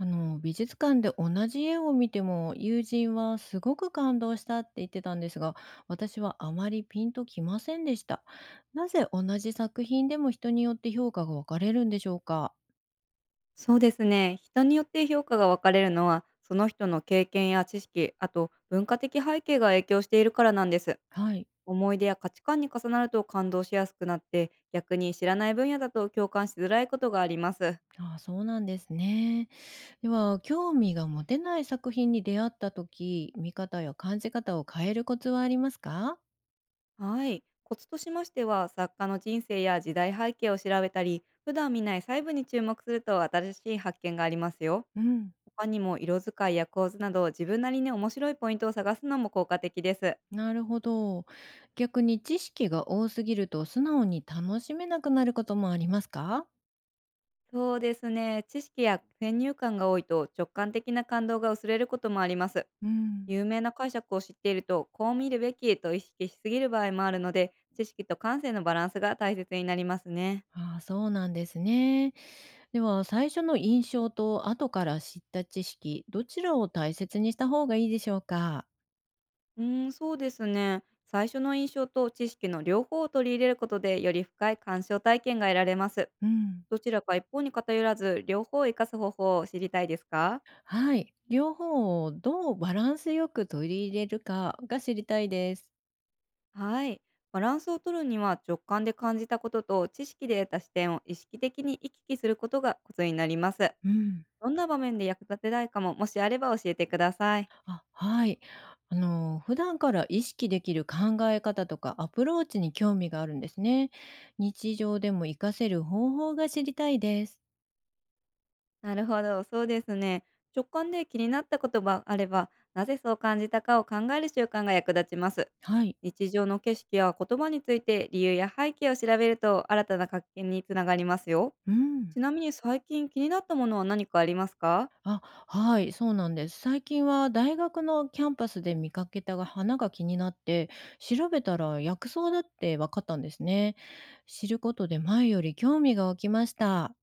あの美術館で同じ絵を見ても、友人はすごく感動したって言ってたんですが、私はあまりピンときませんでした。なぜ同じ作品でも人によって評価が分かれるんでしょうか？そうですね。人によって評価が分かれるのは、その人の経験や知識、あと文化的背景が影響しているからなんです。はい。思い出や価値観に重なると感動しやすくなって、逆に知らない分野だと共感しづらいことがあります。ああ、そうなんですね。では興味が持てない作品に出会った時、見方や感じ方を変えるコツはありますか？はい。コツとしましては、作家の人生や時代背景を調べたり、普段見ない細部に注目すると新しい発見がありますよ。うん。他にも色使いや構図など自分なりに面白いポイントを探すのも効果的です。なるほど。逆に知識が多すぎると素直に楽しめなくなることもありますか？そうですね。知識や先入観が多いと直感的な感動が薄れることもあります。うん。有名な解釈を知っていると、こう見るべきと意識しすぎる場合もあるので、知識と感性のバランスが大切になりますね。ああ、そうなんですね。では、最初の印象と後から知った知識、どちらを大切にした方がいいでしょうか？うーん、そうですね。最初の印象と知識の両方を取り入れることで、より深い鑑賞体験が得られます。うん。どちらか一方に偏らず、両方を生かす方法を知りたいですか？はい。両方をどうバランスよく取り入れるかが知りたいです。はい。バランスを取るには直感で感じたことと知識で得た視点を意識的に行き来することがコツになります。うん。どんな場面で役立てたいかも、もしあれば教えてください。あ、はい。あの、普段から意識できる考え方とかアプローチに興味があるんですね。日常でも活かせる方法が知りたいです。なるほど、そうですね。直感で気になったことがあれば、なぜそう感じたかを考える習慣が役立ちます。はい。日常の景色や言葉について理由や背景を調べると新たな発見につながりますよ。うん。ちなみに最近気になったものは何かありますか？あ、はい、そうなんです。最近は大学のキャンパスで見かけたが花が気になって、調べたら薬草だって分かったんですね。知ることで前より興味が湧きました。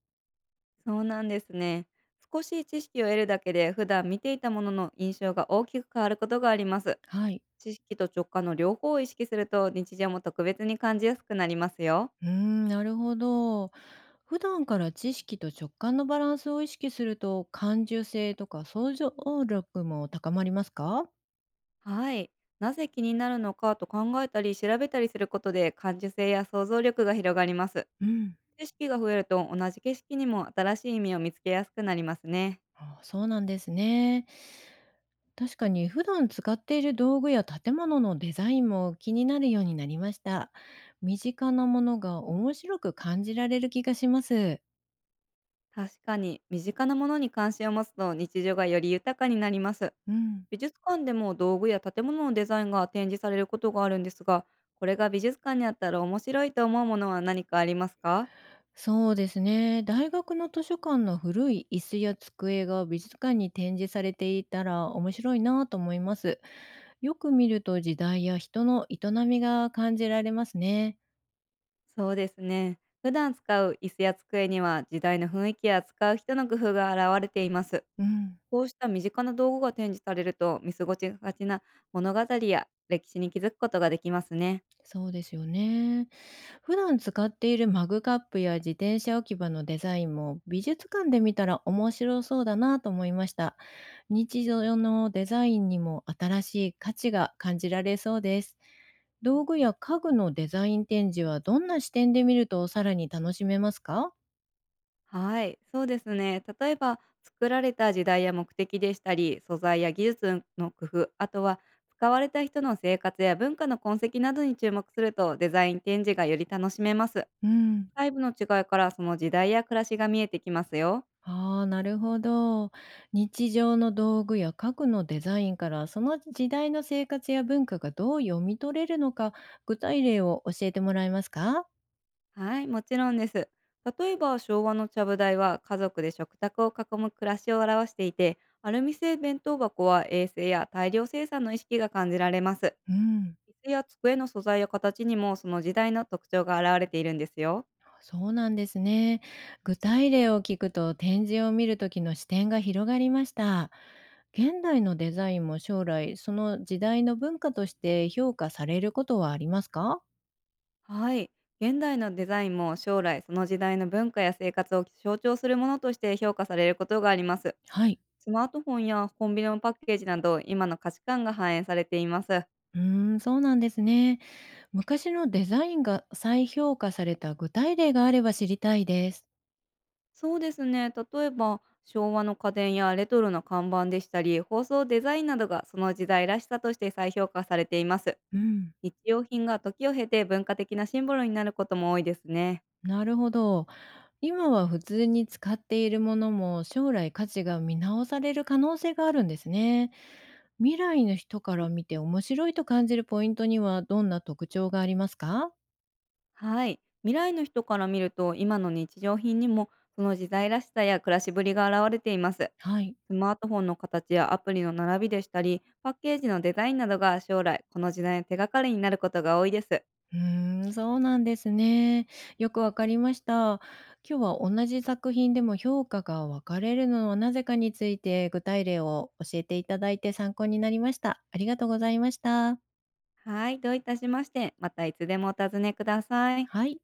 そうなんですね。少し知識を得るだけで普段見ていたものの印象が大きく変わることがあります。はい。知識と直感の両方を意識すると日常も特別に感じやすくなりますよ。うーん、なるほど。普段から知識と直感のバランスを意識すると、感受性とか想像力も高まりますか？はい。なぜ気になるのかと考えたり調べたりすることで感受性や想像力が広がります。うん。知識が増えると同じ景色にも新しい意味を見つけやすくなりますね。ああ、そうなんですね。確かに普段使っている道具や建物のデザインも気になるようになりました。身近なものが面白く感じられる気がします。確かに身近なものに関心を持つと日常がより豊かになります。うん。美術館でも道具や建物のデザインが展示されることがあるんですが、これが美術館にあったら面白いと思うものは何かありますか？そうですね。大学の図書館の古い椅子や机が美術館に展示されていたら面白いなと思います。よく見ると時代や人の営みが感じられますね。そうですね。普段使う椅子や机には時代の雰囲気や使う人の工夫が現れています。うん。こうした身近な道具が展示されると、見過ごしがちな物語や歴史に気づくことができますね。そうですよね。普段使っているマグカップや自転車置き場のデザインも美術館で見たら面白そうだなと思いました。日常のデザインにも新しい価値が感じられそうです。道具や家具のデザイン展示はどんな視点で見るとさらに楽しめますか？はい、そうですね。例えば、作られた時代や目的でしたり、素材や技術の工夫、あとは使われた人の生活や文化の痕跡などに注目すると、デザイン展示がより楽しめます。うん。細部の違いからその時代や暮らしが見えてきますよ。ああ、なるほど。日常の道具や家具のデザインから、その時代の生活や文化がどう読み取れるのか、具体例を教えてもらえますか？はい、もちろんです。例えば、昭和のちゃぶ台は家族で食卓を囲む暮らしを表していて、アルミ製弁当箱は衛生や大量生産の意識が感じられます。うん、椅子や机の素材や形にもその時代の特徴が現れているんですよ。そうなんですね。具体例を聞くと、展示を見るときの視点が広がりました。現代のデザインも将来、その時代の文化として評価されることはありますか？はい。現代のデザインも将来、その時代の文化や生活を象徴するものとして評価されることがあります。はい。スマートフォンやコンビニのパッケージなど今の価値観が反映されています。うーん、そうなんですね。昔のデザインが再評価された具体例があれば知りたいです。そうですね。例えば昭和の家電やレトロな看板でしたり、包装デザインなどがその時代らしさとして再評価されています。うん、日用品が時を経て文化的なシンボルになることも多いですね。なるほど。今は普通に使っているものも将来価値が見直される可能性があるんですね。未来の人から見て面白いと感じるポイントにはどんな特徴がありますか？はい。未来の人から見ると、今の日常品にも、その自在らしさや暮らしぶりが現れています。はい。スマートフォンの形やアプリの並びでしたり、パッケージのデザインなどが将来、この時代の手がかりになることが多いです。うーん、そうなんですね。よくわかりました。今日は同じ作品でも評価が分かれるのはなぜかについて具体例を教えていただいて参考になりました。ありがとうございました。はい。どういたしまして、またいつでもお尋ねください。はい。